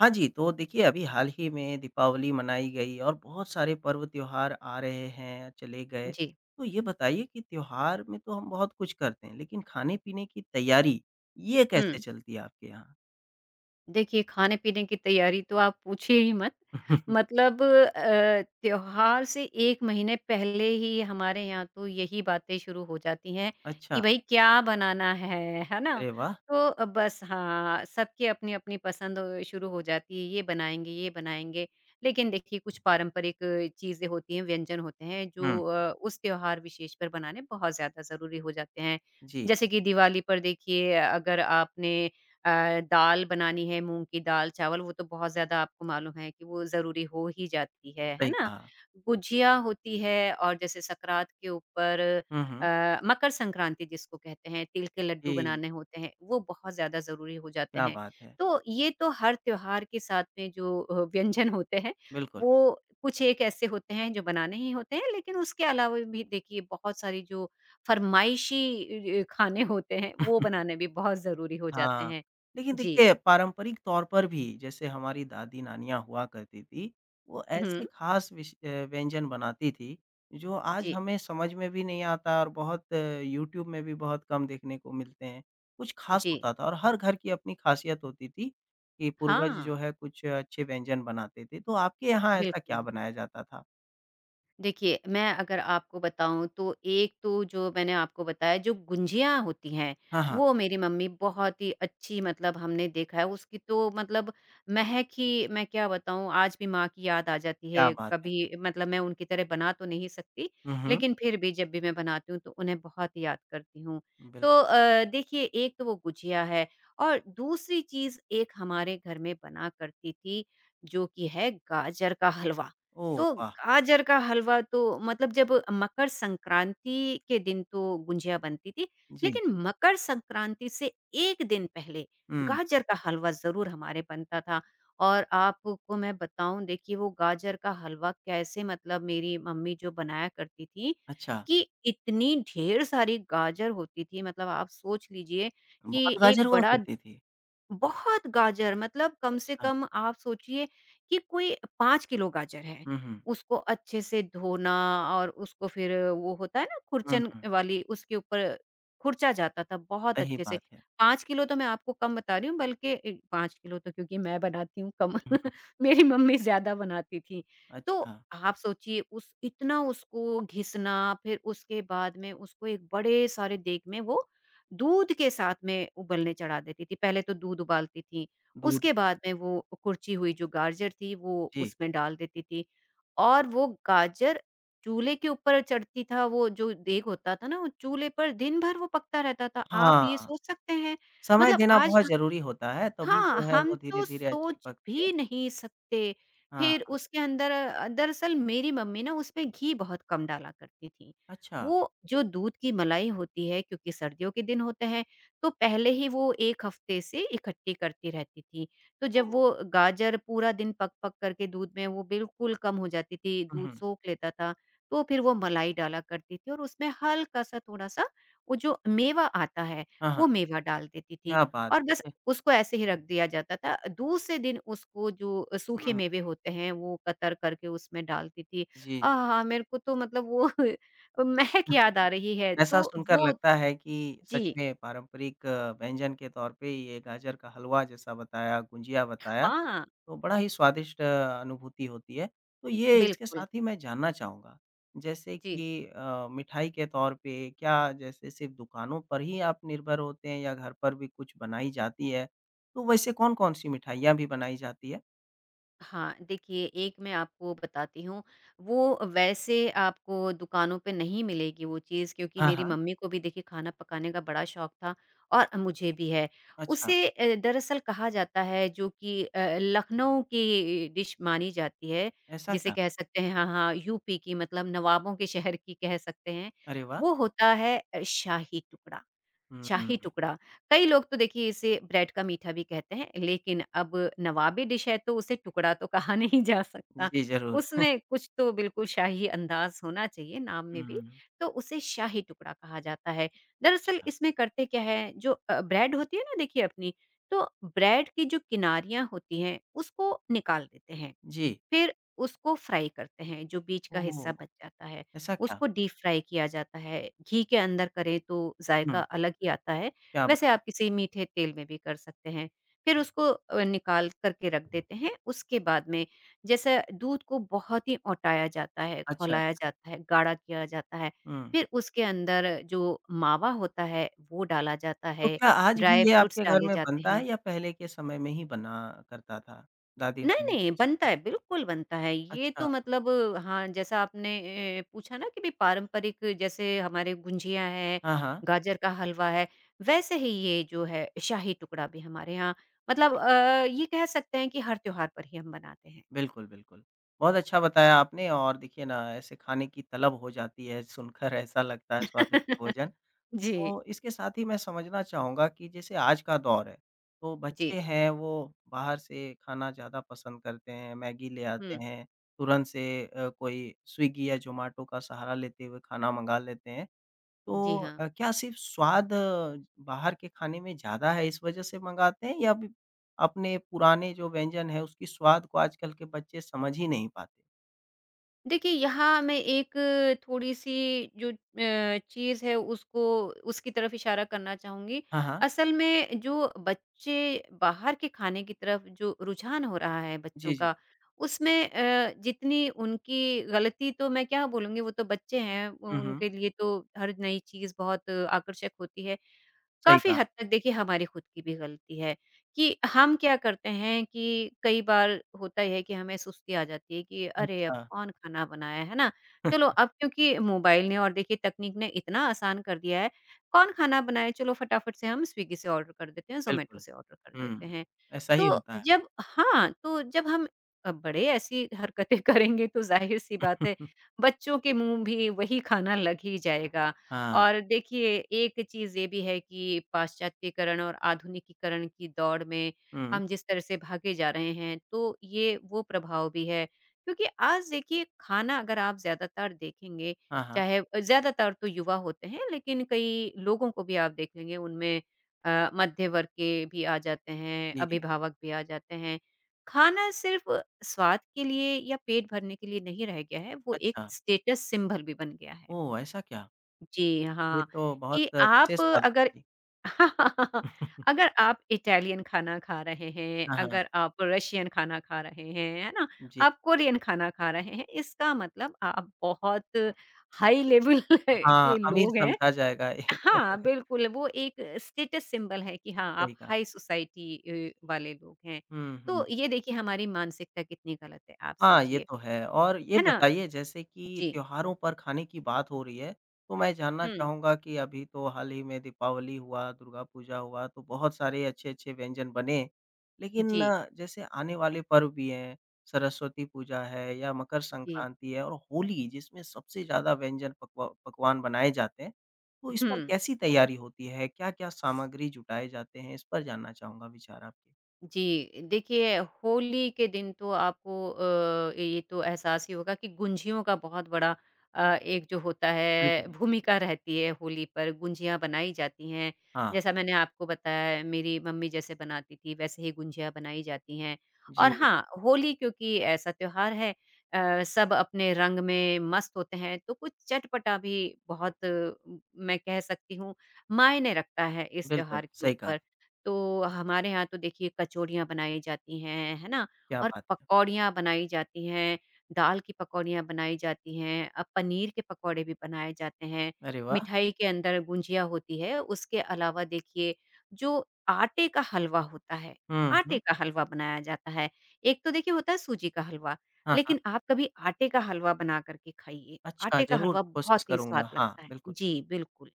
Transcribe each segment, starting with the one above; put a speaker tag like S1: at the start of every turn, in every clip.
S1: हाँ जी, तो देखिए अभी हाल ही में दीपावली मनाई गई और बहुत सारे पर्व त्योहार आ रहे हैं, चले गए।
S2: जी।
S1: तो ये बताइए कि त्योहार में तो हम बहुत कुछ करते हैं, लेकिन खाने-पीने की तैयारी, ये कैसे
S2: हुँ।
S1: चलती है आपके यहाँ?
S2: देखिए खाने-पीने की तैयारी तो आप पूछिए ही मत। मतलब त्योहार से 1 महीने पहले ही हमारे यहाँ तो यही बातें शुरू हो जाती हैं कि
S1: अच्छा,
S2: भई क्या बनाना है ना?
S1: अरे वाह!
S2: तो बस हाँ, सबकी अपनी-अपनी पसंद शुरू हो जाती है, ये बनाएँगे, ये बनाएँगे। लेकिन देखिए कुछ पारंपरिक चीज़ें होती हैं, व्यंजन होते हैं
S1: हुँ,
S2: जो उस त्योहार विशेष पर बनाने बहुत ज़्यादा ज़रूरी हो जाते हैं।
S1: जी,
S2: जैसे कि दिवाली पर देखिए अगर आपने दाल बनानी है मूँग की दाल, चावल वो तो बहुत ज़्यादा आपको मालूम है कि वो ज़रूरी हो ही जाती है
S1: सही
S2: ना?
S1: कहा।
S2: गुझिया होती है और जैसे सकरात के ऊपर
S1: हुँ, हुँ,
S2: मकर संक्रांति जिसको कहते हैं, तिल के लड्डू
S1: जी,
S2: बनाने होते हैं, वो बहुत ज़्यादा ज़रूरी हो जाते
S1: क्या
S2: हैं।
S1: बात है!
S2: तो ये तो हर त्योहार के साथ में जो व्यंजन होते हैं,
S1: बिल्कुल।
S2: वो कुछ एक ऐसे होते हैं जो बनाने ही होते हैं, लेकिन उसके अलावा भी देखिए बहुत सारी जो फरमाइशी खाने होते हैं, वो बनाने भी बहुत ज़रूरी हो जाते
S1: हाँ,
S2: हैं।
S1: लेकिन
S2: जी।
S1: देखिए पारंपरिक तौर पर भी जैसे हमारी दादी-नानियाँ हुआ करती थी, वो
S2: हुँ।
S1: ऐसे ख़ास व्यंजन बनाती थी, जो आज
S2: जी,
S1: हमें समझ में भी नहीं आता और यूट्यूब में भी बहुत कम देखने को मिलते हैं। कुछ ख़ास
S2: जी।
S1: होता था और हर घर की अपनी ख़ासियत होती थी, कि पूर्वज जो
S2: हाँ,
S1: है कुछ अच्छे व्यंजन बनाते थे, तो आपके यहाँ ऐसा क्या
S2: बिल्कुल।
S1: बनाया जाता था?
S2: देखिए, मैं अगर आपको बताऊँ तो एक तो जो मैंने आपको बताया जो गुंजिया होती हैं,
S1: हाँ, हाँ,
S2: वो मेरी मम्मी बहुत ही अच्छी मतलब हमने देखा है उसकी तो मतलब महक ही मैं क्या बताऊँ आज भी माँ की याद आ जाती
S1: क्या
S2: है।
S1: बात है।
S2: कभी मतलब मैं उनकी तरह बना तो नहीं सकती,
S1: हुँ, हुँ,
S2: लेकिन फिर भी जब भी मैं बनाती हूँ तो उन्हें बहुत ही याद करती हूँ। तो
S1: बिल्कुल।
S2: देखिए एक तो वो गुजिया है और दूसरी चीज़ एक हमारे घर में बना करती थी, जो कि है गाजर का हलवा।
S1: ओह
S2: तो
S1: वाह!
S2: गाजर का हलवा तो मतलब जब मकर संक्रांति के दिन तो गुंजिया बनती थी,
S1: जी,
S2: लेकिन मकर संक्रांति से 1 दिन पहले
S1: हुँ,
S2: गाजर का हलवा ज़रूर हमारे बनता था। और आपको मैं बताऊँ देखिए वो गाजर का हलवा कैसे मतलब मेरी मम्मी जो बनाया करती थी,
S1: अच्छा,
S2: कि इतनी ढेर सारी गाजर होती थी मतलब आप सोच लीजिए
S1: बहुत
S2: कि
S1: गाजर
S2: एक
S1: हुआ
S2: बड़ा
S1: करती थी?
S2: बहुत गाजर मतलब कम से
S1: अच्छा।
S2: कम आप सोचिए कि कोई 5 किलो गाजर है।
S1: हुँ, हुँ।
S2: उसको अच्छे से धोना और उसको फिर वो होता है ना
S1: हुँ,
S2: खुरचन
S1: हुँ।
S2: वाली उसके ऊपर खुरचा जाता था बहुत
S1: सही
S2: अच्छे से।
S1: बात है।
S2: 5 किलो तो मैं आपको कम बता रही हूँ बल्कि ए 5 किलो तो क्योंकि मैं बनाती हूँ कम
S1: हुँ, हुँ।
S2: मेरी मम्मी ज़्यादा बनाती थी। तो
S1: अच्छा,
S2: आप सोचिए उस इतना उसको घिसना फिर उसके बाद में उसको एक बड़े सारे देग में वो दूध के साथ में उबलने चढ़ा देती थी। पहले तो दूध उबालती थी,
S1: दूध
S2: उसके बाद में वो कुरची हुई जो गाजर थी वो
S1: जी।
S2: उसमें डाल देती थी और वो गाजर चूल्हे के ऊपर चढ़ती था, वो जो देग होता था ना, वो चूल्हे पर दिन भर वो पकता रहता था। आप ये
S1: हाँ,
S2: सोच सकते हैं?
S1: समय
S2: मतलब
S1: देना
S2: आज
S1: बहुत ज़रूरी होता है, तभी
S2: हाँ,
S1: जो है
S2: हम
S1: वो
S2: तो
S1: धीरे-धीरे अच्छी
S2: सोच
S1: पकती है।
S2: भी नहीं सकते। फिर
S1: हाँ,
S2: उसके अंदर दरअसल मेरी मम्मी ना उसमें घी बहुत कम डाला करती थी।
S1: अच्छा।
S2: वो जो दूध की मलाई होती है क्योंकि सर्दियों के दिन होते हैं, तो पहले ही वो 1 हफ्ते से इकट्ठी करती रहती थी। तो जब
S1: ओह!
S2: वो गाजर पूरा दिन पक-पक करके दूध में वो बिल्कुल कम हो जाती थी,
S1: हुँ,
S2: दूध
S1: हुँ।
S2: सोख लेता था, तो फिर वो मलाई डाला करती थी और उसमें हल्का-सा थोड़ा-सा वो जो मेवा आता है,
S1: हाँ, हाँ।
S2: वो मेवा डाल देती थी
S1: क्या बात
S2: और
S1: है
S2: बस
S1: ये!
S2: उसको ऐसे ही रख दिया जाता था। दूसरे दिन उसको जो
S1: हुँ,
S2: सूखे
S1: हुँ।
S2: मेवे होते हैं वो कतर करके उसमें डालती थी।
S1: जी, जी।
S2: आहा! मेरे को तो मतलब वो महक याद आ रही है।
S1: ऐसा
S2: तो
S1: सुनकर
S2: वो
S1: लगता है कि सच
S2: जी।
S1: में पारंपरिक व्यंजन के तौर पे ये गाजर का हलवा जैसा बताया, गुंजिया बताया
S2: हाँ,
S1: तो बड़ा ही अनुभूति होती है। तो ये इसके
S2: बिल्कुल।
S1: साथ ही मैं जानना चाहूँगा, जैसे
S2: जी।
S1: कि मिठाई के तौर पे क्या जैसे सिर्फ़ दुकानों पर ही आप निर्भर होते हैं या घर पर भी कुछ बनाई जाती है? तो वैसे कौन-कौन सी मिठाइयाँ भी बनाई जाती है?
S2: हाँ, देखिए एक मैं आपको बताती हूँ, वो वैसे आपको दुकानों पे नहीं मिलेगी वो चीज़ क्योंकि
S1: हाँ,
S2: मेरी
S1: हाँ।
S2: मम्मी को भी देखिए खाना पकाने का बड़ा शौक था और मुझे भी है।
S1: अच्छा,
S2: उसे दरअसल कहा जाता है जो कि लखनऊ की डिश मानी जाती है,
S1: ऐसा
S2: जिसे
S1: क्या?
S2: कह सकते हैं हाँ, हाँ, यूपी की मतलब नवाबों के शहर की कह सकते हैं,
S1: अरे वाह!
S2: वो होता है शाही टुकड़ा।
S1: हुँ, हुँ,
S2: शाही
S1: हुँ।
S2: टुकड़ा, कई लोग तो देखिए इसे ब्रेड का मीठा भी कहते हैं, लेकिन अब नवाबी डिश है तो उसे टुकड़ा तो कहा नहीं जा सकता।
S1: जी, ज़रूर।
S2: उसमें कुछ तो बिल्कुल शाही अंदाज़ होना चाहिए नाम में भी,
S1: हुँ,
S2: तो उसे शाही टुकड़ा कहा जाता है। दरअसल
S1: अच्छा।
S2: इसमें करते क्या है, जो ब्रेड होती है ना देखिए अपनी, तो ब्रेड की जो किनारियाँ होती हैं, उसको निकाल देते हैं।
S1: जी,
S2: फिर उसको फ्राई करते हैं, जो बीच का हिस्सा
S1: ओह!
S2: बच जाता है,
S1: ऐसा क्या?
S2: उसको डीप फ्राई किया जाता है। घी के अंदर करें तो ज़ायका
S1: हुँ,
S2: अलग ही आता है,
S1: क्या
S2: वैसे
S1: बात!
S2: आप किसी मीठे तेल में भी कर सकते हैं। फिर उसको निकाल कर के रख देते हैं, उसके बाद में जैसे दूध को बहुत ही औटाया जाता है,
S1: अच्छा।
S2: खौलाया जाता है, गाढ़ा किया जाता है,
S1: हुँ।
S2: फिर उसके अंदर जो मावा होता है, वो डाला जाता
S1: तो
S2: है,
S1: क्या आज भी
S2: ड्राई
S1: ये
S2: फ्रूट्स
S1: आपके घर
S2: डाले
S1: में
S2: जाते
S1: बनता है
S2: हैं।
S1: या पहले के समय में ही बना करता था,
S2: नहीं,
S1: दादी-नानी
S2: नहीं,
S1: के
S2: बनता
S1: समय?
S2: है, बिल्कुल बनता है। ये तो
S1: अच्छा,
S2: मतलब हाँ, जैसा आपने पूछा ना कि भई पारंपरिक जैसे हमारे गुंजिया है,
S1: हाँ, हाँ।
S2: गाजर का हलवा है, वैसे ही ये जो है शाही टुकड़ा भी हमारे यहाँ मतलब
S1: जी।
S2: ये कह सकते हैं कि हर त्योहार पर ही हम बनाते हैं।
S1: बिल्कुल, बिल्कुल। बहुत अच्छा बताया आपने और देखिए ना ऐसे खाने की तलब हो जाती है, सुनकर ऐसा लगता है स्वादिष्ट भोजन।
S2: जी,
S1: तो इसके साथ ही मैं समझना चाहूँगा कि जैसे आज का दौर है, तो
S2: जी।
S1: बच्चे हैं वो बाहर से खाना ज़्यादा पसंद करते हैं, मैगी ले आते
S2: हुँ,
S1: हैं, तुरंत से कोई स्विगी या ज़ोमैटो का सहारा लेते हुए खाना मँगा लेते हैं। तो
S2: जी हाँ।
S1: क्या सिर्फ़ स्वाद बाहर के खाने में ज़्यादा है इस वज़ह से मँगाते हैं या फिर अपने पुराने जो व्यंजन है उसकी स्वाद को आजकल के बच्चे समझ ही नहीं पाते?
S2: देखिए, यहाँ मैं एक थोड़ी-सी जो चीज़ है उसको उसकी तरफ इशारा करना चाहूँगी।
S1: हाँ, हाँ।
S2: असल में जो बच्चे बाहर के खाने की तरफ जो रुझान हो रहा है बच्चों
S1: जी, जी।
S2: का, उसमें जितनी उनकी गलती तो मैं क्या बोलूँगी वो तो बच्चे हैं,
S1: हुँ, हुँ।
S2: उनके लिए तो हर नई चीज़ बहुत आकर्षक होती है।
S1: सही
S2: काफ़ी
S1: कहा।
S2: हद तक देखिए हमारी खुद की भी गलती है कि हम क्या करते हैं कि कई बार होता ही है कि हमें सुस्ती आ जाती है कि अरे अब
S1: अच्छा।
S2: कौन खाना बनाया है ना? चलो अब क्योंकि मोबाइल ने और देखिए तकनीक ने इतना आसान कर दिया है, कौन खाना बनाए चलो फटाफट से हम स्विगी से ऑर्डर कर देते हैं, ज़ोमैटो
S1: बिल्कुल।
S2: से ऑर्डर कर देते
S1: हुँ,
S2: हैं।
S1: ऐसा ही
S2: तो
S1: होता है।
S2: तो जब हम बड़े ऐसी हरकतें करेंगे तो ज़ाहिर-सी बात है बच्चों के मुँह भी वही खाना लग ही जाएगा।
S1: हाँ।
S2: और देखिए एक चीज़ ये भी है कि पाश्चात्यकरण और आधुनिकीकरण की दौड़ में
S1: हुँ।
S2: हम जिस तरह से भागे जा रहे हैं, तो ये वो प्रभाव भी है। क्योंकि आज देखिए खाना अगर आप ज़्यादातर देखेंगे,
S1: हाँ, हाँ।
S2: चाहे ज़्यादातर तो युवा होते हैं, लेकिन कई लोगों को भी आप देख लेंगे उनमें मध्य वर्ग के भी आ जाते हैं,
S1: जी, जी।
S2: अभिभावक भी आ जाते हैं। खाना सिर्फ़ स्वाद के लिए या पेट भरने के लिए नहीं रह गया है, वो एक
S1: अच्छा।
S2: स्टेटस सिंबल भी बन गया है।
S1: ओह! ऐसा क्या?
S2: जी,
S1: ये
S2: हाँ,
S1: तो बहुत
S2: कि आप
S1: विशेष बात बता
S2: अगर
S1: दी।
S2: अगर आप इटालियन खाना खा रहे हैं,
S1: हाँ, हाँ।
S2: अगर आप रशियन खाना खा रहे हैं, है ना?
S1: जी।
S2: आप कोरियन खाना खा रहे हैं, इसका मतलब आप बहुत हाई लेवल
S1: हाँ,
S2: के
S1: अमीर
S2: लोग हैं।
S1: समझा जाएगा एक
S2: हाँ, बिल्कुल, वो एक स्टेटस सिंबल है कि हाँ, आप
S1: सही कहा।
S2: हाई सोसाइटी वाले लोग हैं।
S1: हुँ,
S2: तो
S1: हुँ।
S2: ये देखिए हमारी मानसिकता कितनी गलत है, आप
S1: हाँ, ये
S2: सोचिए,
S1: तो है और ये
S2: है ना?
S1: बताइए जैसे कि
S2: जी।
S1: त्योहारों पर खाने की बात हो रही है, तो मैं जानना
S2: हुँ।
S1: चाहूँगा कि अभी तो हाल ही में दीपावली हुआ, दुर्गा पूजा हुआ, तो बहुत सारे अच्छे-अच्छे व्यंजन बने। लेकिन
S2: जी,
S1: अ, जैसे आने वाले पर्व भी हैं, सरस्वती पूजा है या मकर
S2: जी।
S1: संक्रांति है और होली जिसमें सबसे ज़्यादा व्यंजन पकवा पकवान बनाए जाते हैं, तो इस
S2: हुँ।
S1: पर कैसी तैयारी होती है? क्या-क्या सामग्री जुटाए जाते हैं? इस पर जानना चाहूँगा विचार आपके।
S2: जी, देखिए होली के दिन तो आपको ये तो एहसास ही होगा कि गुंजियों का बहुत बड़ा एक जो होता है
S1: बिल्कुल।
S2: भूमिका रहती है होली पर, गुंजियाँ बनाई जाती हैं।
S1: हाँ,
S2: जैसा मैंने आपको बताया है मेरी मम्मी जैसे बनाती थी वैसे ही गुंजियाँ बनाई जाती हैं।
S1: जी,
S2: और हाँ, होली क्योंकि ऐसा त्योहार है सब अपने रंग में मस्त होते हैं तो कुछ चटपटा भी बहुत मैं कह सकती हूँ मायने रखता है इस
S1: बिल्कुल,
S2: त्योहार के
S1: सही कहा,
S2: ऊपर। तो हमारे यहाँ तो देखिए कचौड़ियाँ बनाई जाती हैं, है ना?
S1: क्या
S2: और
S1: बात है।
S2: पकौड़ियाँ बनाई जाती हैं, दाल की पकौड़ियाँ बनाई जाती हैं, पनीर के पकौड़े भी बनाए जाते हैं,
S1: अरे वाह!
S2: मिठाई के अंदर गुंजिया होती है, उसके अलावा देखिए जो आटे का हलवा होता है,
S1: हुँ,
S2: आटे
S1: हुँ।
S2: का हलवा बनाया जाता है। एक तो देखिए होता है सूजी का हलवा,
S1: हाँ, हाँ।
S2: लेकिन आप कभी आटे का हलवा बना कर के खाइए,
S1: अच्छा,
S2: आटे का
S1: ज़रूर
S2: हलवा
S1: कोशिश
S2: बहुत ही स्वाद
S1: करूँगा। हाँ,
S2: लगता है।
S1: बिल्कुल।
S2: जी, बिल्कुल।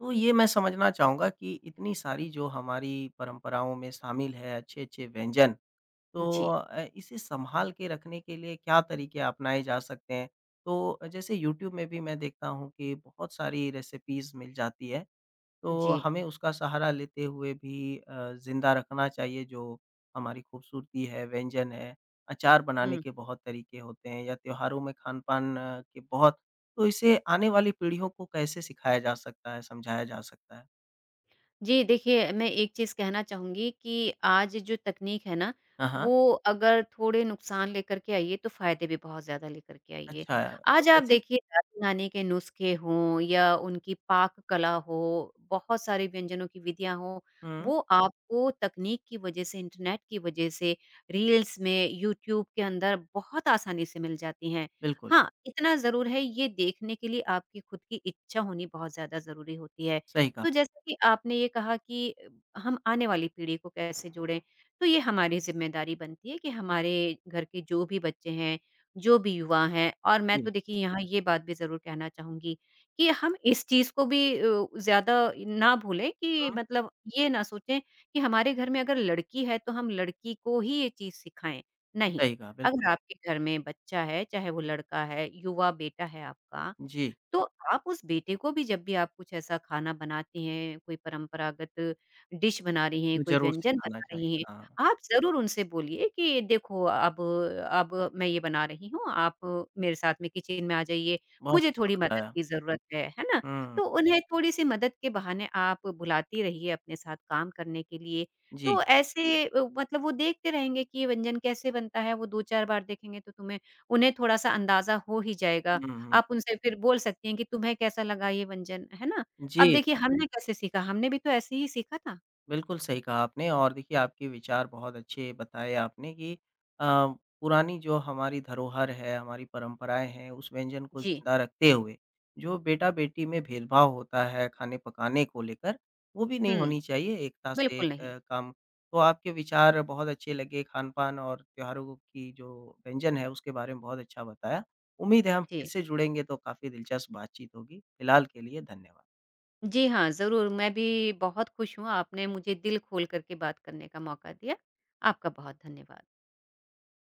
S1: तो ये मैं समझना चाहूँगा कि इतनी सारी जो हमारी परंपराओं में शामिल है अच्छे-अच्छे व्यंजन, तो
S2: जी,
S1: इसे सँभाल के रखने के लिए क्या तरीके अपनाए जा सकते हैं? तो जैसे यूट्यूब में भी मैं देखता हूँ कि बहुत सारी रेसिपीज़ मिल जाती है। तो
S2: जी।
S1: हमें उसका सहारा लेते हुए भी ज़िंदा रखना चाहिए जो हमारी खूबसूरती है, व्यंजन है। अचार बनाने
S2: हुँ।
S1: के बहुत तरीके होते हैं या त्योहारों में खान-पान के बहुत तो इसे आने वाली पीढ़ियों को कैसे सिखाया जा सकता है, समझाया जा सकता है?
S2: जी, देखिए मैं एक चीज़ कहना चाहूँगी कि आज जो तकनीक है ना,
S1: हाँ, हाँ।
S2: वो अगर थोड़े नुकसान लेकर के आई है तो फ़ायदे भी बहुत ज़्यादा लेकर के आई है।
S1: अच्छा
S2: आज आप
S1: जैसे
S2: देखिए दादी-नानी के नुस्खे हों या उनकी पाक कला हो, बहुत सारे व्यंजनों की विधियाँ हों,
S1: हुँ,
S2: वो आपको तकनीक की वज़ह से, इंटरनेट की वज़ह से, रील्स में, यूट्यूब के अंदर बहुत आसानी से मिल जाती हैं।
S1: बिल्कुल,
S2: हाँ, इतना ज़रूर है ये देखने के लिए आपकी खुद की इच्छा होनी बहुत ज़्यादा ज़रूरी होती है।
S1: सही कहा।
S2: तो जैसे कि आपने ये कहा कि हम आने वाली पीढ़ी को कैसे जोड़ें, तो ये हमारी ज़िम्मेदारी बनती है कि हमारे घर के जो भी बच्चे हैं, जो भी युवा हैं और मैं तो
S1: जी,
S2: देखिए यहाँ ये बात भी ज़रूर कहना चाहूँगी कि हम इस चीज़ को भी ज़्यादा ना भूलें कि
S1: हुँ,
S2: मतलब ये ना सोचें कि हमारे घर में अगर लड़की है, तो हम लड़की को ही ये चीज़ सिखाएँ, नहीं।
S1: सही कहा,
S2: अगर
S1: बिल्कुल।
S2: आपके घर में बच्चा है, चाहे वो लड़का है, युवा बेटा है आपका,
S1: जी,
S2: तो आप उस बेटे को भी जब भी आप कुछ ऐसा खाना बनाती हैं, कोई परंपरागत डिश बना रही हैं, कोई
S1: ज़रूर
S2: व्यंजन
S1: सिखाना
S2: बना रही
S1: चाहिए।
S2: हैं,
S1: हाँ,
S2: आप ज़रूर उनसे बोलिए कि देखो अब मैं ये बना रही हूँ, आप मेरे साथ में किचन में आ जाइए,
S1: बहुत
S2: मुझे
S1: अच्छा
S2: थोड़ी मदद
S1: बताया।
S2: की ज़रूरत है ना?
S1: हुँ,
S2: तो उन्हें थोड़ी-सी मदद के बहाने आप बुलाती रहिए अपने साथ काम करने के लिए।
S1: जी।
S2: तो ऐसे मतलब वो देखते रहेंगे कि ये व्यंजन कैसे बनता है, वो 2-4 बार देखेंगे तो तुम्हें उन्हें थोड़ा-सा अंदाज़ा हो ही जाएगा
S1: हुँ, हुँ।
S2: आप उनसे फिर बोल सकती हैं कि तुम्हें कैसा लगा ये व्यंजन, है ना? अब
S1: जी।
S2: देखिए हुँ। हमने कैसे सीखा, हमने भी तो ऐसे ही सीखा था।
S1: बिल्कुल सही कहा आपने और देखिए आपके विचार बहुत अच्छे बताए आपने कि अ, पुरानी जो हमारी धरोहर है, हमारी परंपराएँ हैं, उस व्यंजन को
S2: जी,
S1: ज़िंदा रखते हुए, जो बेटा-बेटी में भेदभाव होता है खाने-पकाने को लेकर, वो भी नहीं
S2: हुँ,
S1: होनी चाहिए, एकता से
S2: बिल्कुल नहीं।
S1: काम तो आपके विचार बहुत अच्छे लगे खान-पान और त्योहारों की जो व्यंजन है, उसके बारे में बहुत अच्छा बताया। उम्मीद है हम फिर
S2: जी।
S1: से जुड़ेंगे तो काफ़ी दिलचस्प बातचीत होगी। फिलहाल के लिए धन्यवाद।
S2: जी हाँ, ज़रूर मैं भी बहुत खुश हूँ आपने मुझे दिल खोल कर के बात करने का मौका दिया। आपका बहुत धन्यवाद।